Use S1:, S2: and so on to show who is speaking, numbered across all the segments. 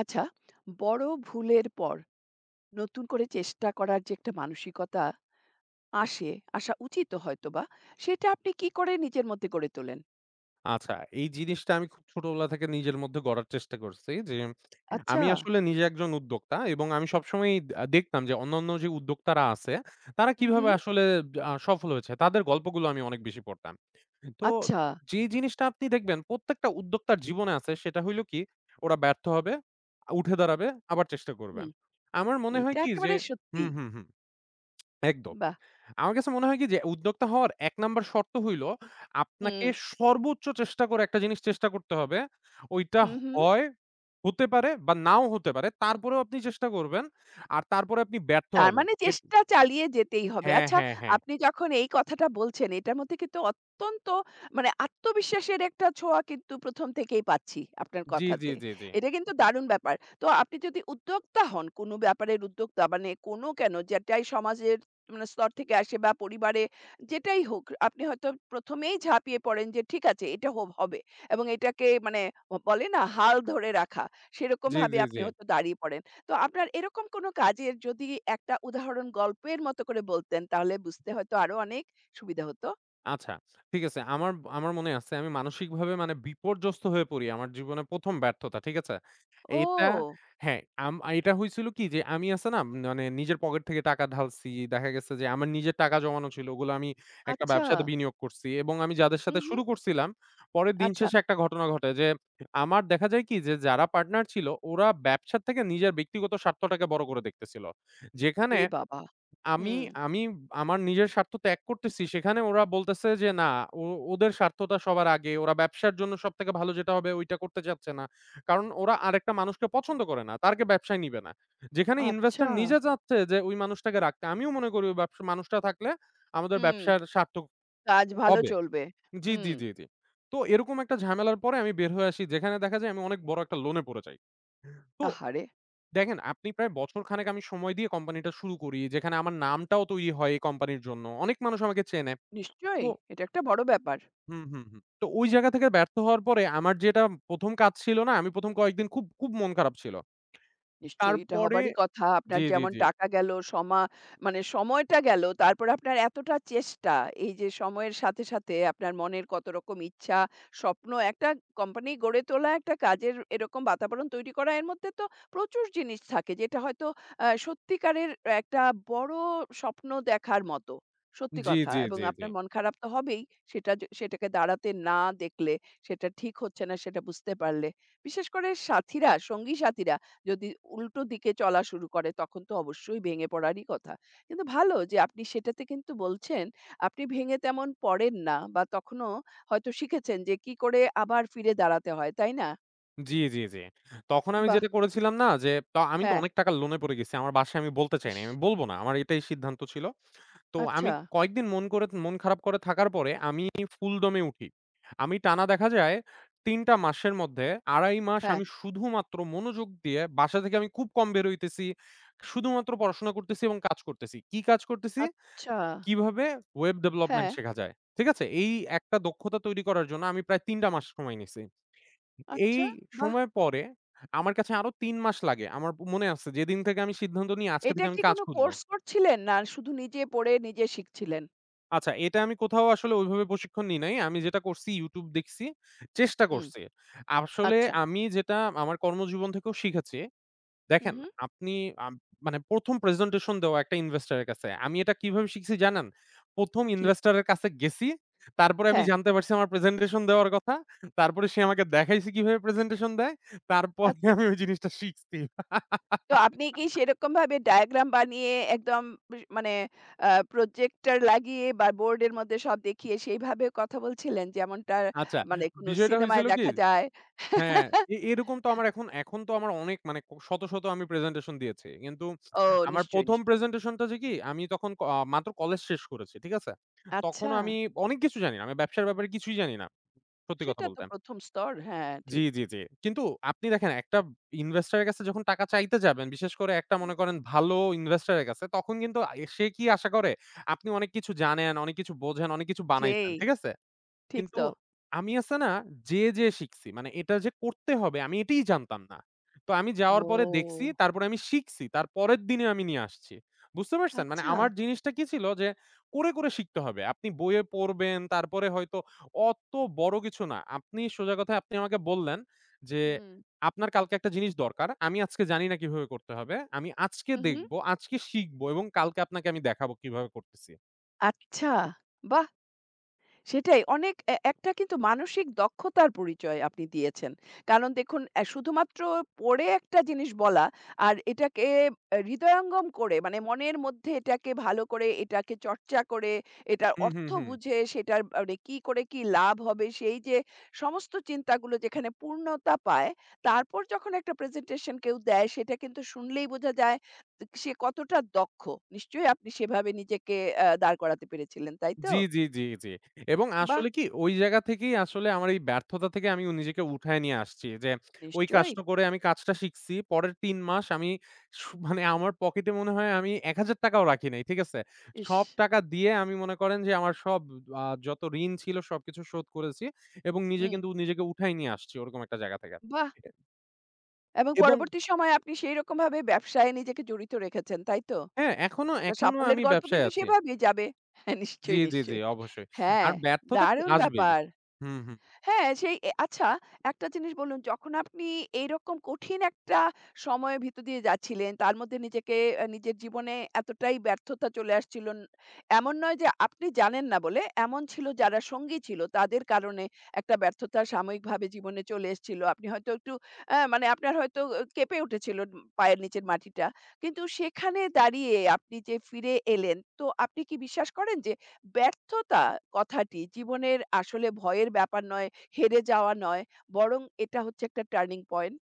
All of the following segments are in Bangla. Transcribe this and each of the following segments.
S1: আচ্ছা, বড় ভুলের পর নতুন করে চেষ্টা করার যে একটা মানসিকতা আসে, আসা উচিতও হয়তোবা, সেটা আপনি কি করে নিজের মধ্যে গড়ে তোলেন?
S2: আচ্ছা, এই জিনিসটা আমি খুব ছোটবেলা থেকে নিজের মধ্যে গড়ার চেষ্টা করছি যে,
S1: আচ্ছা।
S2: আমি আসলে নিজে একজন উদ্যোক্তা এবং আমি সবসময়ই দেখতাম যে অন্যান্য যে উদ্যোক্তারা আছে, তারা কিভাবে
S1: উহু,
S2: আসলে সফল হয়েছে। তাদের গল্পগুলো আমি অনেক বেশি পড়তাম। তো
S1: আচ্ছা।
S2: যে জিনিসটা আপনি দেখবেন প্রত্যেকটা উদ্যোক্তার জীবনে আছে সেটা হইল কি, ওরা ব্যর্থ হবে, উঠে দাঁড়াবে, আবার চেষ্টা করবেন।
S1: হুম,
S2: আমার মনে হয়
S1: এইটা
S2: কি যে
S1: একেবারে সত্যি।
S2: হুম, হুম, হুম, একদম।
S1: বাহ!
S2: আমার কাছে মনে হয় কি যে উদ্যোক্তা হওয়ার ১ নাম্বার শর্ত হইল আপনাকে
S1: হুম,
S2: সর্বোচ্চ চেষ্টা করে একটা জিনিস চেষ্টা করতে হবে। ওইটা
S1: হু, হু।
S2: হয় হতে পারে বা নাও হতে পারে। তারপরেও আপনি চেষ্টা করবেন। আর তারপরে আপনি ব্যর্থ
S1: তার
S2: হবেন।
S1: মানে চেষ্টা চালিয়ে যেতেই হবে।
S2: হ্যাঁ,
S1: আচ্ছা,
S2: হ্যাঁ, হ্যাঁ।
S1: আপনি যখন এই কথাটা বলছেন, এটার মধ্যে কিন্তু অত্যন্ত মানে আত্মবিশ্বাসের একটা ছোঁয়া কিন্তু ১ম থেকেই পাচ্ছি আপনার
S2: জি, জি,
S1: কথাতে।
S2: জি, জি।
S1: এটা কিন্তু দারুণ ব্যাপার। তো আপনি যদি উদ্যোক্তা হন, কোনো ব্যাপারের উদ্যোক্তা মানে কোনো কেন, যেটাই সমাজের মানে স্তর থেকে আসে বা পরিবারে যেটাই হোক, আপনি হয়তো ১ম এই ঝাঁপিয়ে পড়েন যে ঠিক আছে এটা হবে এবং এটাকে মানে বলে না হাল ধরে রাখা,
S2: জি,
S1: সেরকমভাবে
S2: জি,
S1: আপনি
S2: জি।
S1: হয়তো দাঁড়িয়ে পড়েন। তো আপনার এরকম কোনো কাজের যদি একটা উদাহরণ গল্পের মতো করে বলতেন, তাহলে বুঝতে হয়তো আরো অনেক সুবিধা হতো।
S2: আচ্ছা, ঠিক আছে। আমার আমার মনে আছে আমি মানসিকভাবে মানে বিপর্যস্ত হয়ে পড়ি আমার জীবনে ১ম ব্যর্থতা। ঠিক আছে? এটা
S1: ও!
S2: হ্যাঁ, এটা হইছিল কি যে আমি আছে না মানে নিজের পকেট থেকে টাকা ঢালছি। দেখা গেছে যে আমার নিজের টাকা জমানো ছিল। ওগুলো আমি একটা
S1: আচ্ছা।
S2: ব্যবসাতে বিনিয়োগ করছি এবং আমি যাদের সাথে
S1: হুম, হুম।
S2: শুরু করছিলাম, পরে দিন
S1: আচ্ছা।
S2: শেষে একটা ঘটনা ঘটে যে আমার দেখা যায় কি যে যারা পার্টনার ছিল ওরা ব্যবসার থেকে নিজের ব্যক্তিগত স্বার্থটাকে বড় করে দেখতেছিল। যেখানে
S1: এ বাবা!
S2: আমি
S1: হুম।
S2: আমি আমার নিজের স্বার্থ ত্যাগ করতেছি। সেখানে ওরা বলতেছে যে, "না, ও ওদের স্বার্থটা সবার আগে। ওরা ব্যবসার জন্য সবথেকে ভালো যেটা হবে ওইটা করতে চাচ্ছে না।" কারণ ওরা আরেকটা মানুষকে পছন্দ করে না। তাকে ব্যবসায় নিবে না। যেখানে ইনভেস্টর
S1: আচ্ছা।
S2: নিজে চাচ্ছে যে ওই মানুষটাকে রাখতে। আমিও মনে করি ওই ব্যবসা মানুষটা থাকলে আমাদের
S1: হুম,
S2: ব্যবসার সার্থক
S1: কাজ ভালো
S2: হবে।
S1: চলবে।
S2: জি,
S1: হুম।
S2: জি, জি, জি। তো এরকম একটা ঝামেলার পরে আমি বের হয়ে আসি। যেখানে দেখা যায় আমি অনেক বড় একটা লোনে পড়ে যাই। তো
S1: আহারে!
S2: দেখেন, আপনি প্রায় বছরখানেক আমি সময় দিয়ে কোম্পানিটা শুরু করি। যেখানে আমার নামটাও তৈরি হয় এই কোম্পানির জন্য। অনেক মানুষ আমাকে চেনে। তো
S1: নিশ্চয়ই। এটা একটা বড় ব্যাপার।
S2: হুম, হুম, হুম। তো ওই জায়গা থেকে ব্যর্থ হওয়ার পরে আমার যেটা ১ম কাজ ছিল না? আমি ১ম কয়েকদিন খুব, খুব মন খারাপ ছিল।
S1: নিশ্চয়ই এটা
S2: তারপরে
S1: হবারই কথা। আপনার
S2: জি, জি,
S1: যেমন
S2: জি।
S1: টাকা গেল, মানে সময়টা গেল, তারপরে আপনার এতটা চেষ্টা, এই যে সময়ের সাথে, সাথে আপনার মনের কত রকম ইচ্ছা, স্বপ্ন, একটা কোম্পানি গড়ে তোলা, একটা কাজের এরকম বাতাবরণ তৈরি করা, এর মধ্যে তো প্রচুর জিনিস থাকে যেটা হয়তো সত্যিকারের একটা বড় স্বপ্ন দেখার মতো। সত্যি
S2: জি,
S1: কথা
S2: জি,
S1: এবং
S2: জি, জি।
S1: আপনার মন খারাপ তো হবেই। সেটাকে দাঁড়াতে না দেখলে, সেটা ঠিক হচ্ছে না সেটা বুঝতে পারলে। বিশেষ করে সাথীরা, সঙ্গী সাথীরা যদি উল্টো দিকে চলা শুরু করে তখন তো অবশ্যই ভেঙে পড়ারই কথা। কিন্তু ভালো যে আপনি সেটাতে কিন্তু বলছেন, আপনি ভেঙে তেমন পড়েন না বা তখনও হয়তো শিখেছেন যে কি করে আবার ফিরে দাঁড়াতে হয়, তাই না?
S2: জি, জি, জি। তখন আমি
S1: বাহ!
S2: যেটা করেছিলাম না? যে আমি তো
S1: হ্যাঁ,
S2: অনেক টাকার লোনে পড়ে গেছি। আমার বাসায় আমি বলতে চাইনি।
S1: ইস!
S2: আমি বলব না। আমার এটাই সিদ্ধান্ত ছিল। তো আমি
S1: আচ্ছা,
S2: কয়েকদিন মন করে মন খারাপ করে থাকার পরে আমি ফুল দমে উঠি। আমি টানা দেখা যায় ৩ টা মাসের মধ্যে ২.৫ মাস
S1: হ্যাঁ,
S2: আমি শুধুমাত্র মনোযোগ দিয়ে বাসা থেকে আমি খুব কম বের হইতেছি। শুধুমাত্র পড়াশোনা করতেছি এবং কাজ করতেছি। কি কাজ করতেছি?
S1: আচ্ছা,
S2: কিভাবে ওয়েব ডেভেলপমেন্ট
S1: হ্যাঁ,
S2: শেখা যায়। ঠিক আছে? এই একটা দক্ষতা তৈরি করার জন্য আমি প্রায় ৩ টা মাস সময় নিছি। এই
S1: আচ্ছা, বাহ!
S2: সময় পরে আমার কাছে আরো ৩ মাস লাগে। আমার মনে আছে যেদিন থেকে আমি সিদ্ধান্ত নিই আজকে
S1: এটা
S2: থেকে আমি
S1: কি
S2: কাজ
S1: কোনো
S2: খুঁজব।
S1: কোর্স করছিলেন না শুধু নিজে পড়ে নিজে শিখছিলেন?
S2: আচ্ছা, এটা আমি কোথাও আসলে ওইভাবে প্রশিক্ষণ নিই নাই। আমি যেটা করছি YouTube দেখছি, চেষ্টা
S1: হুম,
S2: করছি। আসলে
S1: আচ্ছা,
S2: আমি যেটা আমার কর্মজীবন থেকেও শিখেছি,
S1: হু,
S2: দেখেন
S1: হু,
S2: আপনি আম মানে ১ম প্রেজেন্টেশন দেওয়া একটা ইনভেস্টরের কাছে। আমি এটা কিভাবে শিখছি জানেন? ১ম
S1: কি?
S2: ইনভেস্টরের কাছে গেছি, তারপরে আমি
S1: হ্যাঁ,
S2: জানতে পারছি আমার প্রেজেন্টেশন দেওয়ার কথা। তারপরে সে আমাকে দেখাইছে কিভাবে প্রেজেন্টেশন দেয়। তারপরে
S1: আচ্ছা।
S2: আমি ওই জিনিসটা শিখছি।
S1: তো আপনি কি সেরকমভাবে ডায়াগ্রাম বানিয়ে একদম মানে আ প্রজেক্টর লাগিয়ে বা বোর্ডের মধ্যে সব দেখিয়ে সেইভাবে কথা বলছিলেন? যেমনটা
S2: আচ্ছা,
S1: মানে কোনো
S2: বিষয়টা
S1: সিনেমায়
S2: হইছিল কি
S1: দেখা যায়?
S2: হ্যাঁ, এরকম তো আমার এখন এখন তো আমার অনেক মানে শত, শত আমি প্রেজেন্টেশন দিয়েছি। কিন্তু
S1: ও
S2: আমার
S1: নিশ্চয়ই,
S2: ১ম
S1: নিশ্চয়ই।
S2: প্রেজেন্টেশনটা যে কি, আমি তখন ক আ মাত্র কলেজ শেষ করেছি। ঠিক আছে? তখন
S1: আচ্ছা,
S2: আমি অনেক কিছু জানি না। আমি ব্যবসার ব্যাপারে কিছুই জানি না। সত্যি কথা
S1: সেটা তো
S2: বলতে।
S1: ১ম স্তর। হ্যাঁ,
S2: জি,
S1: ঠিক।
S2: জি, জি। কিন্তু আপনি দেখেন একটা ইনভেস্টর এর কাছে যখন টাকা চাইতে যাবেন, বিশেষ করে একটা
S1: হুম।
S2: মনে করেন ভালো ইনভেস্টর এর কাছে, তখন কিন্তু সে কি আশা করে? আপনি অনেক কিছু জানেন, অনেক কিছু বোঝেন, অনেক কিছু বানাইছেন।
S1: সেই,
S2: ঠিক আছে?
S1: ঠিক
S2: কিন্তু
S1: তো।
S2: আমি আছে না যেয়ে, যেয়ে শিখছি। মানে এটা যে করতে হবে আমি এটিই জানতাম না। তো আমি
S1: ও
S2: যাওয়ার পরে দেখছি, তারপরে আমি শিখছি। তার পরের দিনে আমি নিয়ে আসছি। বুঝতে পারছেন? মানে
S1: আচ্ছা।
S2: আমার জিনিসটা কি ছিল যে করে, করে শিখতে হবে। আপনি বইয়ে পড়বেন, তারপরে হয়তো অত বড় কিছু না। আপনি সোজা কথায় আপনি আমাকে বললেন যে,
S1: হুম।
S2: "আপনার কালকে একটা জিনিস দরকার। আমি আজকে জানি না কিভাবে করতে হবে। আমি আজকে
S1: হুম, হুম।
S2: দেখব, আজকে শিখব এবং কালকে আপনাকে আমি দেখাবো কিভাবে করতেছি।"
S1: আচ্ছা, বাহ! সেটাই অনেক একটা কিন্তু মানসিক দক্ষতার পরিচয় আপনি দিয়েছেন। কারণ দেখুন শুধুমাত্র পড়ে একটা জিনিস বলা আর এটাকে হৃদয়ঙ্গম করে মানে মনের মধ্যে এটাকে ভালো করে এটাকে চর্চা করে, এটার
S2: হুম, হুম,
S1: অর্থ
S2: হুম।
S1: বুঝে সেটার মানে কি করে কি লাভ হবে সেই যে সমস্ত চিন্তাগুলো যেখানে পূর্ণতা পায়, তারপর যখন একটা প্রেজেন্টেশন কেউ দেয় সেটা কিন্তু শুনলেই বোঝা যায় সে কতটা দক্ষ। নিশ্চয়ই আপনি সেভাবে নিজেকে দাঁড় করাতে পেরেছিলেন, তাই তো?
S2: জি, জি, জি, জি। এবং
S1: বাহ!
S2: আসলে কি ওই জায়গা থেকেই আসলে আমার এই ব্যর্থতা থেকে আমি নিজেকে উঠায় নিয়ে আসছি। যে ওই
S1: নিশ্চয়ই।
S2: কাজটা করে আমি কাজটা শিখছি। পরের ৩ মাস আমি মানে আমার পকেটে মনে হয় আমি ৳১,০০০ ও রাখি নাই। ঠিক আছে?
S1: ইস!
S2: সব টাকা দিয়ে আমি মনে করেন যে আমার সব যত ঋণ ছিল সবকিছু শোধ করেছি এবং নিজে
S1: হুম,
S2: কিন্তু নিজেকে উঠায় নিয়ে আসছি ওরকম একটা জায়গা থেকে।
S1: বাহ!
S2: এ
S1: এবং
S2: এবং
S1: পরবর্তী সময়ে আপনি সেই রকমভাবে ব্যবসায় নিজেকে জড়িত রেখেছেন, তাই তো?
S2: হ্যাঁ, এখনো
S1: একটা
S2: এখনো
S1: সাফল্যের
S2: আমি
S1: গল্প
S2: ব্যবসায়
S1: কিন্তু
S2: আছি।
S1: সেভাবেই যাবে। হ্যাঁ,
S2: জি,
S1: নিশ্চয়ই,
S2: জি, জি,
S1: নিশ্চয়ই।
S2: অবশ্যই। আর
S1: হ্যাঁ,
S2: ব্যর্থতা কি
S1: দারুণ
S2: আসবেই।
S1: ব্যাপার।
S2: হুম, হুম।
S1: হ্যাঁ, সেই এ আচ্ছা একটা জিনিস বলুন, যখন আপনি এইরকম কঠিন একটা সময়ের ভিতর দিয়ে যাচ্ছিলেন, তার মধ্যে নিজেকে নিজের জীবনে এতটাই ব্যর্থতা চলে আসছিল, এমন নয় যে আপনি জানেন না বলে, এমন ছিল যারা সঙ্গী ছিল তাদের কারণে একটা ব্যর্থতা সাময়িকভাবে জীবনে চলে এসেছিল। আপনি হয়তো একটু মানে আপনার হয়তো কেঁপে উঠেছিল পায়ের নিচের মাটিটা। কিন্তু সেখানে দাঁড়িয়ে আপনি যে ফিরে এলেন, তো আপনি কি বিশ্বাস করেন যে ব্যর্থতা কথাটি জীবনের আসলে ভয়ের ব্যাপার নয়, হেরে যাওয়া নয়, বরং এটা হচ্ছে একটা টার্নিং পয়েন্ট।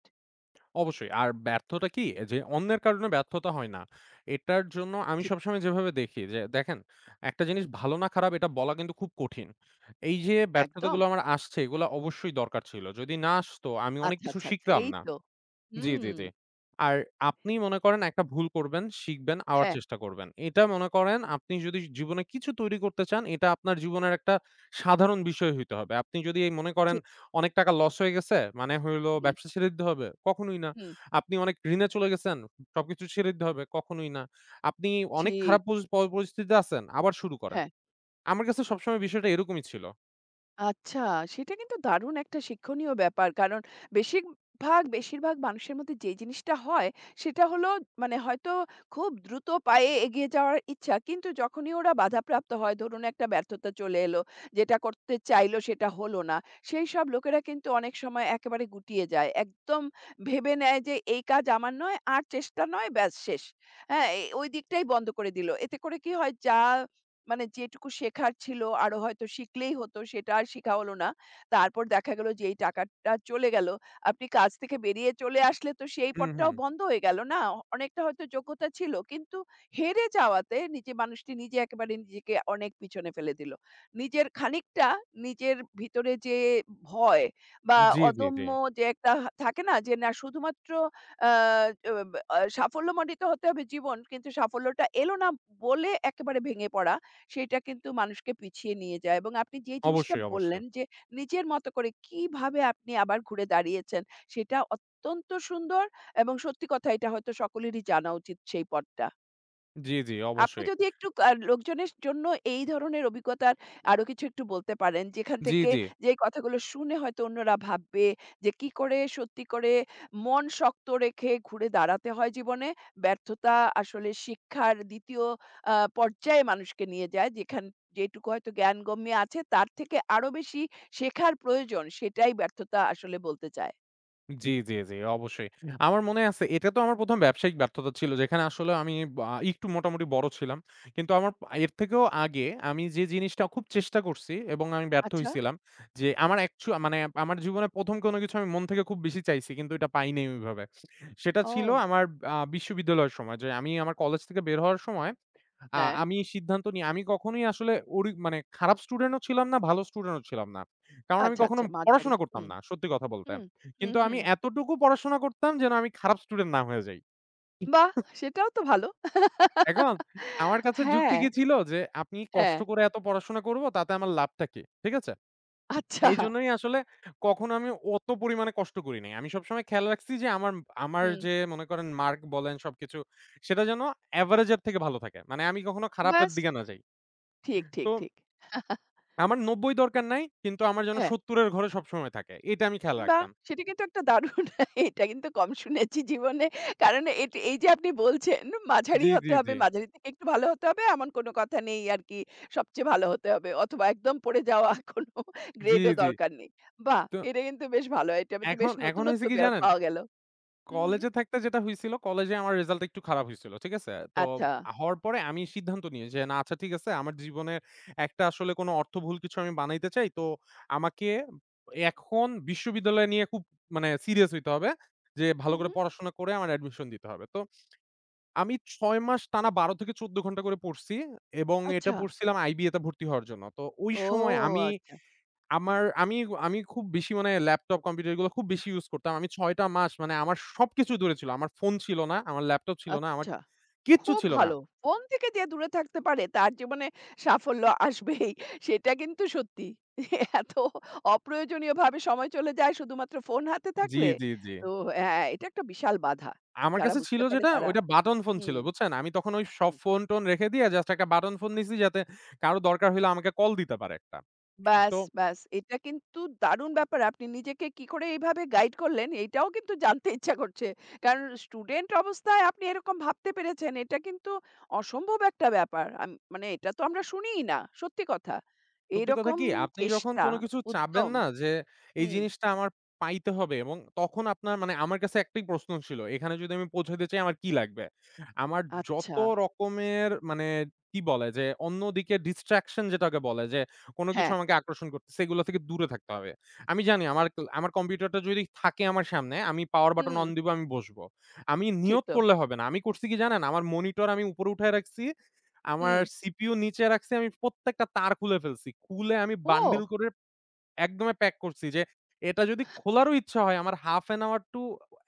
S2: অবশ্যই। আর ব্যর্থতা কি? যে অন্যের কারণে ব্যর্থতা হয় না। এটার জন্য আমি
S1: ঠিক,
S2: সবসময় যেভাবে দেখি যে দেখেন, একটা জিনিস ভালো না খারাপ এটা বলা কিন্তু খুব কঠিন। এই যে
S1: একদম।
S2: ব্যর্থতাগুলো আমার আসছে এগুলা অবশ্যই দরকার ছিল। যদি না আসতো আমি অনেক
S1: আচ্ছা,
S2: কিছু
S1: আচ্ছা, আচ্ছা।
S2: শিখতাম
S1: এই
S2: না।
S1: তো।
S2: জি,
S1: হুম,
S2: জি, জি। আর আপনি মনে করেন একটা ভুল করবেন, শিখবেন, আবার
S1: হ্যাঁ,
S2: চেষ্টা করবেন। এটা মনে করেন আপনি যদি জীবনে কিছু তৈরি করতে চান, এটা আপনার জীবনের একটা সাধারণ বিষয় হইতে হবে। আপনি যদি এই মনে করেন
S1: ঠিক।
S2: অনেক টাকা লস হয়ে গেছে, মানে হইলো
S1: হুম,
S2: ব্যবসা ছেড়ে দিতে হবে? কখনোই না।
S1: হুম,
S2: আপনি অনেক ঋণে চলে গেছেন, সবকিছু ছেড়ে দিতে হবে? কখনোই না। আপনি অনেক খারাপ
S1: ঠিক।
S2: পরিস্থিতিতে আছেন, আবার শুরু করেন।
S1: হ্যাঁ।
S2: আমার কাছে সবসময় বিষয়টা এরকমই ছিল।
S1: আচ্ছা, সেটা কিন্তু দারুণ একটা শিক্ষণীয় ব্যাপার। কারণ বেশিরভাগ মানুষের মধ্যে যে জিনিসটা হয়, সেটা হলো মানে হয়তো খুব দ্রুত পায়ে এগিয়ে যাওয়ার ইচ্ছা। কিন্তু যখনই ওরা বাধাপ্রাপ্ত হয়, ধরুন একটা ব্যর্থতা চলে এলো, যেটা করতে চাইল সেটা হলো না। সেইসব লোকেরা কিন্তু অনেক সময় একেবারে গুটিয়ে যায়। একদম ভেবে নেয় যে এই কাজ আমার নয়, আর চেষ্টা নয়, ব্যাস শেষ। হ্যাঁ, ওই দিকটাই বন্ধ করে দিল। এতে করে কি হয়? মানে যেটুকু শেখার ছিল আরো হয়তো শিখলেই হতো সেটা আর শিখা হলো না। তারপর দেখা গেল যে এই টাকাটা চলে গেল। আপনি কাজ থেকে বেরিয়ে চলে আসলে তো সেই
S2: হুম, হুম।
S1: পথটাও বন্ধ হয়ে গেল না? অনেকটা হয়তো যোগ্যতা ছিল কিন্তু হেরে যাওয়াতে নিজে মানুষটি নিজে একেবারে নিজেকে অনেক পিছনে ফেলে দিল। নিজের খানিকটা নিজের ভিতরে যে ভয় বা
S2: জি, জি, জি।
S1: অদম্য যে একটা থাকে না যে না শুধুমাত্র আ অ আ সাফল্যমণ্ডিত হতে হবে জীবন কিন্তু সাফল্যটা এলো না বলে একেবারে ভেঙে পড়া। সেইটা কিন্তু মানুষকে পিছিয়ে নিয়ে যায় এবং আপনি যে জিনিসটা
S2: অবশ্যই, অবশ্যই।
S1: বললেন যে নিজের মতো করে কিভাবে আপনি আবার ঘুরে দাঁড়িয়েছেন সেটা অত্যন্ত সুন্দর এবং সত্যি কথা এটা হয়তো সকলেরই জানা উচিত সেই পথটা।
S2: জি, জি,
S1: আপনি
S2: অবশ্যই।
S1: যদি একটু লোকজনের জন্য এই ধরনের অভিজ্ঞতার আরো কিছু একটু বলতে পারেন, যেখান
S2: জি,
S1: থেকে
S2: জি।
S1: যেই কথাগুলো শুনে হয়তো অন্যরা ভাববে যে কি করে সত্যি করে মন শক্ত রেখে ঘুরে দাঁড়াতে হয় জীবনে। ব্যর্থতা আসলে শিক্ষার ২য় পর্যায়ে মানুষকে নিয়ে যায়। যেখান যেটুকু হয়তো জ্ঞানগম্যি আছে তার থেকে আরো বেশি শেখার প্রয়োজন সেটাই ব্যর্থতা আসলে বলতে চায়।
S2: জি, জি, জি, অবশ্যই। আমার মনে আছে এটা তো আমার ১ম ব্যবসায়িক ব্যর্থতা ছিল। যেখানে আসলে আমি বা একটু মোটামুটি বড় ছিলাম। কিন্তু আমার এর থেকেও আগে আমি যে জিনিসটা খুব চেষ্টা করছি এবং আমি ব্যর্থ
S1: আচ্ছা।
S2: হইছিলাম যে আমার মানে আমার জীবনে ১ম কোনো কিছু আমি মন থেকে খুব বেশি চাইছি কিন্তু এটা পাই নাই ওইভাবে। সেটা ছিল
S1: ও!
S2: আমার বিশ্ববিদ্যালয়ের সময় যে আমি আমার কলেজ থেকে বের হওয়ার সময়
S1: হ্যাঁ।
S2: আমি সিদ্ধান্ত নিই আমি কখনোই আসলে মানে খারাপ স্টুডেন্টও ছিলাম না, ভালো স্টুডেন্টও ছিলাম না। কারণ আমি
S1: আচ্ছা,
S2: কখনো
S1: আচ্ছা মাঝারি।
S2: পড়াশোনা করতাম না সত্যি কথা বলতে।
S1: হুম,
S2: কিন্তু আমি
S1: হুম।
S2: এতটুকু পড়াশোনা করতাম যেন আমি খারাপ স্টুডেন্ট না হয়ে যাই।
S1: বাহ! সেটাও তো ভালো।
S2: এখন আমার কাছে যুক্তি
S1: হ্যাঁ,
S2: কি ছিল যে, "আপনি
S1: হ্যাঁ।
S2: কষ্ট করে এত পড়াশোনা করব তাতে আমার লাভটা কি?" ঠিক আছে?
S1: আচ্ছা।
S2: এইজন্যই আসলে কখনো আমি অত পরিমাণে কষ্ট করি নাই। আমি সবসময় খেয়াল রাখছি যে আমার আমার
S1: হুম।
S2: যে মনে করেন মার্ক বলেন সবকিছু সেটা যেন এভারেজ এর থেকে ভালো থাকে। মানে আমি কখনো খারাপের
S1: ব্যাস
S2: দিকে না যাই।
S1: ঠিক, ঠিক,
S2: তো
S1: ঠিক।
S2: আমার ৯০ দরকার নাই কিন্তু আমার যেন
S1: হ্যাঁ।
S2: ৭০ এর ঘরে সবসময় থাকে। এটা আমি খেয়াল
S1: বাহ!
S2: রাখতাম।
S1: সেটা কিন্তু একটা দারুণ এটা কিন্তু কম শুনেছি জীবনে। কারণ এই যে আপনি বলছেন মাঝারি
S2: জি, জি,
S1: হতে হবে,
S2: জি।
S1: মাঝারি থেকে একটু ভালো হতে হবে এমন কোনো কথা নেই আরকি। সবচেয়ে ভালো হতে হবে অথবা একদম পড়ে যাওয়া কোনো
S2: জি,
S1: গ্রেডও
S2: জি।
S1: দরকার নেই। বাহ!
S2: তো
S1: এটা কিন্তু বেশ ভালো। এটা কিন্তু বেশ
S2: এখন এখন
S1: নতুনত্ব
S2: হইছে কি জানেন?
S1: পাওয়া গেল। হুম।
S2: কলেজে থাকতে যেটা হইছিল, কলেজে আমার রেজাল্ট একটু খারাপ হইছিল। ঠিক আছে? তো
S1: আচ্ছা।
S2: হওয়ার পরে আমি সিদ্ধান্ত নিই যে, না আচ্ছা ঠিক আছে আমার জীবনের একটা আসলে কোনো অর্থবহুল কিছু আমি বানাইতে চাই। তো আমাকে এখন বিশ্ববিদ্যালয় নিয়ে খুব মানে সিরিয়াস হইতে হবে। যে
S1: হু,
S2: ভালো করে
S1: হু।
S2: পড়াশোনা করে আমার অ্যাডমিশন দিতে হবে। তো আমি ৬ মাস টানা ১২ থেকে ১৪ ঘন্টা করে পড়ছি এবং এটা
S1: আচ্ছা।
S2: পড়ছিলাম আইবিএ তে ভর্তি হওয়ার জন্য। তো ওই
S1: ও
S2: সময় আমি
S1: আচ্ছা,
S2: আমার আমি আমি খুব বেশি মানে ল্যাপটপ, কম্পিউটার এগুলো খুব বেশি ইউজ করতাম। আমি ৬ টা মাস মানে আমার সবকিছু দূরে ছিল। আমার ফোন ছিল না, আমার ল্যাপটপ ছিল না, আমার
S1: আচ্ছা।
S2: কিচ্ছু
S1: খুব
S2: ছিল না।
S1: ভালো। ফোন থেকে যে দূরে থাকতে পারে তার জীবনে সাফল্য আসবেই। সেটা কিন্তু সত্যি। এত অপ্রয়োজনীয়ভাবে সময় চলে যায় শুধুমাত্র ফোন হাতে
S2: জি,
S1: থাকলে।
S2: জি, জি।
S1: তো হ্যাঁ, এটা একটা বিশাল বাধা।
S2: আমার
S1: যারা
S2: কাছে ছিল
S1: বুঝতে পারে
S2: যেটা
S1: তারা
S2: ওইটা বাটন ফোন
S1: হুম,
S2: ছিল,
S1: হুম।
S2: বুঝছেন? আমি তখন ওই সব ফোন-টোন রেখে দিয়ে জাস্ট একটা বাটন ফোন নিছি যাতে কারো দরকার হইলে আমাকে কল দিতে পারে একটা।
S1: ব্যাস,
S2: তো
S1: ব্যাস। এটা কিন্তু দারুণ ব্যাপার। আপনি নিজেকে কি করে এইভাবে গাইড করলেন, এইটাও কিন্তু জানতে ইচ্ছা করছে। কারণ স্টুডেন্ট অবস্থায় আপনি এরকম ভাবতে পেরেছেন, এটা কিন্তু অসম্ভব একটা ব্যাপার। মানে এটা তো আমরা শুনিই না, সত্যি কথা।
S2: সত্যি কথা
S1: এরকম
S2: কি? আপনি যখন
S1: চেষ্টা,
S2: কোন কিছু চাবেন
S1: উদ্যম
S2: না যে, এই
S1: হুম,
S2: জিনিসটা আমার পাইতে হবে এবং তখন আপনার মানে আমার কাছে একটাই প্রশ্ন ছিল। এখানে যদি আমি পৌঁছাতে চাই আমার কি লাগবে? আমার যত
S1: আচ্ছা।
S2: রকমের মানে কি বলে যে, অন্যদিকে distraction যেটাকে বলে যে, কোন কিছু
S1: হ্যাঁ,
S2: আমাকে আকর্ষণ করতেছে এগুলো থেকে দূরে থাকতে হবে। আমি জানি আমার কম্পিউটারটা যদি থাকে আমার সামনে আমি পাওয়ার বাটন
S1: হুম,
S2: অন দিব আমি বসবো। আমি
S1: ঠিক
S2: নিয়ত
S1: তো।
S2: করলে হবে না। আমি করছি কি জানেন? আমার মনিটর আমি উপরে উঠায় রাখছি। আমার
S1: হুম।
S2: CPU নিচে রাখছি আমি প্রত্যেকটা তার খুলে ফেলছি। খুলে আমি বান্ডিল
S1: ও!
S2: করে একদমে প্যাক করছি যে এটা যদি খোলারও ইচ্ছা হয় আমার 1/2 an hour to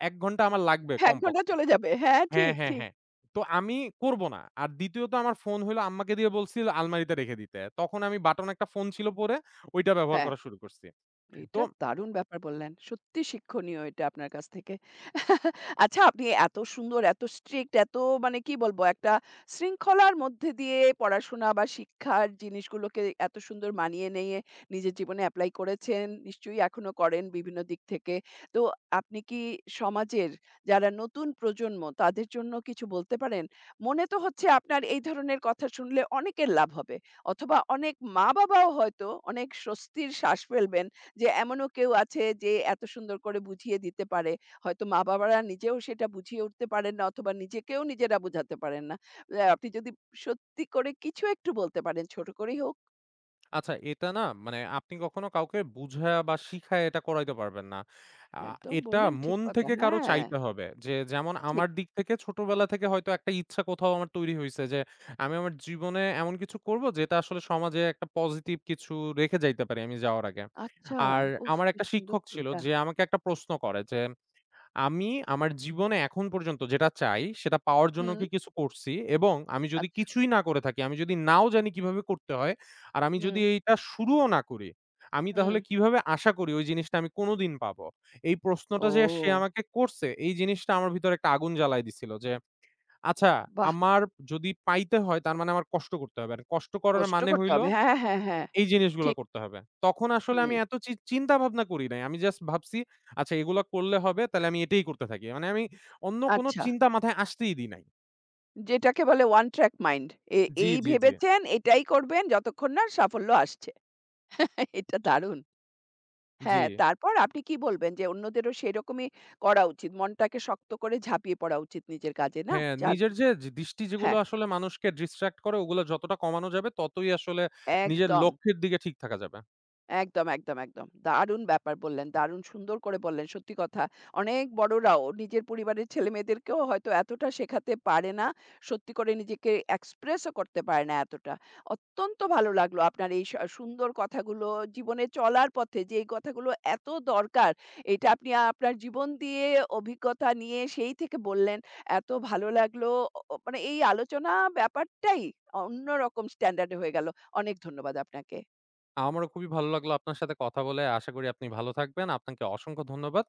S2: ১ ঘন্টা আমার লাগবে
S1: ১ ঘন্টা
S2: কমপক্ষে।
S1: চলে যাবে। হ্যাঁ,
S2: হ্যাঁ,
S1: ঠিক,
S2: হ্যাঁ,
S1: ঠিক।
S2: হ্যাঁ। তো আমি করব না। আর দ্বিতীয়ত আমার ফোন হইলো আম্মাকে দিয়ে বলছি আলমারিতে রেখে দিতে। তখন আমি বাটন একটা ফোন ছিল পরে ওইটা ব্যবহার
S1: হ্যাঁ।
S2: করা শুরু করছি। তো
S1: এটা দারুণ ব্যাপার বললেন। সত্যি শিক্ষণীয় এটা আপনার কাছ থেকে। আচ্ছা আপনি এত সুন্দর, এত স্ট্রিক্ট, এত মানে কি বলবো একটা শৃঙ্খলার মধ্যে দিয়ে পড়াশোনা বা শিক্ষার জিনিসগুলোকে এত সুন্দর মানিয়ে নিয়ে নিজের জীবনে এপ্লাই করেছেন। নিশ্চয়ই এখনো করেন বিভিন্ন দিক থেকে। তো আপনি কি সমাজের যারা নতুন প্রজন্ম তাদের জন্য কিছু বলতে পারেন? মনে তো হচ্ছে আপনার এই ধরনের কথা শুনলে অনেকের লাভ হবে। অথবা অনেক মা-বাবাও হয়তো অনেক স্বস্তির শ্বাস ফেলবেন যে এমনও কেউ আছে যে এত সুন্দর করে বুঝিয়ে দিতে পারে। হয়তো মা-বাবারা নিজেও সেটা বুঝিয়ে উঠতে পারেন না অথবা নিজেকেও নিজেরা বোঝাতে পারেন না। আপনি যদি সত্যি করে কিছু একটু বলতে পারেন, ছোট করেই হোক।
S2: আচ্ছা এটা না মানে আপনি কখনো কাউকে বুঝায়া বা শিখায়া এটা করাইতে পারবেন না। আ
S1: একদম
S2: এটা
S1: বললেন ঠিক
S2: মন
S1: কথা।
S2: থেকে কারো
S1: হ্যাঁ,
S2: চাইতে হবে। যে যেমন
S1: ঠিক।
S2: আমার দিক থেকে ছোটবেলা থেকে হয়তো একটা ইচ্ছা কোথাও আমার তৈরি হইছে যে আমি আমার জীবনে এমন কিছু করব যেটা আসলে সমাজে একটা পজিটিভ কিছু রেখে যাইতে পারি আমি যাওয়ার আগে।
S1: আচ্ছা,
S2: আর
S1: উফ!
S2: আমার
S1: কি
S2: একটা
S1: সুন্দর
S2: শিক্ষক ছিল
S1: চিন্তা।
S2: যে আমাকে একটা প্রশ্ন করে যে আমি আমার জীবনে এখন পর্যন্ত যেটা চাই সেটা পাওয়ার জন্য
S1: হুম,
S2: কি কিছু করছি এবং আমি যদি
S1: আচ্ছা।
S2: কিছুই না করে থাকি, আমি যদি নাও জানি কিভাবে করতে হয়, আর আমি যদি
S1: হুম,
S2: এইটা শুরুও না করি, আমি
S1: হুম।
S2: তাহলে কিভাবে আশা করি ওই জিনিসটা আমি কোনদিন পাবো? এই প্রশ্নটা যে সে
S1: ও
S2: আমাকে করছে, এই জিনিসটা আমার ভিতরে একটা আগুন জ্বালায় দিছিল যে, আচ্ছা
S1: বাহ!
S2: আমার যদি পাইতে হয় তার মানে আমার কষ্ট করতে হবে। আর কষ্ট করার
S1: কষ্ট
S2: মানে
S1: করতে
S2: হইল
S1: হবে। হ্যাঁ, হ্যাঁ, হ্যাঁ।
S2: এই জিনিসগুলা
S1: ঠিক।
S2: করতে হবে। তখন আসলে
S1: হুম,
S2: আমি এত চিন্তা ভাবনা করি নাই। আমি জাস্ট ভাবছি, আচ্ছা এগুলা করলে হবে, তাহলে আমি এটাই করতে থাকি। মানে আমি অন্য কোন
S1: আচ্ছা।
S2: চিন্তা মাথায় আসতেই দিই নাই।
S1: যেটাকে বলে one track mind এ
S2: জি,
S1: এই
S2: জি, জি,
S1: ভেবেছেন, এটাই করবেন যতক্ষণ না সাফল্য আসছে। এটা দারুণ!
S2: জি।
S1: হ্যাঁ, তারপর আপনি কি বলবেন যে অন্যদেরও সেরকমই করা উচিত। মনটাকে শক্ত করে ঝাঁপিয়ে পড়া উচিত নিজের কাজে, না?
S2: হ্যাঁ,
S1: চার
S2: নিজের যে যে দৃষ্টি যেগুলো
S1: হ্যাঁ,
S2: আসলে মানুষকে ডিস্ট্রাক্ট করে ওগুলো যতটা কমানো যাবে ততই আসলে নিজের
S1: একদম।
S2: লক্ষ্যের দিকে ঠিক থাকা যাবে।
S1: একদম। দারুণ ব্যাপার বললেন। দারুণ সুন্দর করে বললেন। সত্যি কথা। অনেক বড়রাও নিজের পরিবারের ছেলেমেয়েদেরকেও হয়তো এতটা শেখাতে পারে না। সত্যি করে নিজেকে এক্সপ্রেসও করতে পারে না এতটা। অত্যন্ত ভালো লাগলো আপনার এই সুন্দর কথাগুলো জীবনে চলার পথে যে এই কথাগুলো এত দরকার, এটা আপনি আপনার জীবন দিয়ে অভিজ্ঞতা নিয়ে সেই থেকে বললেন। এত ভালো লাগলো। অ অ মানে এই আলোচনা ব্যাপারটাই অন্যরকম স্ট্যান্ডার্ড এ হয়ে গেল। অনেক ধন্যবাদ আপনাকে।
S2: আমারও খুবই ভালো লাগলো আপনার সাথে কথা বলে। আশা করি আপনি ভালো থাকবেন। আপনাকে অসংখ্য ধন্যবাদ।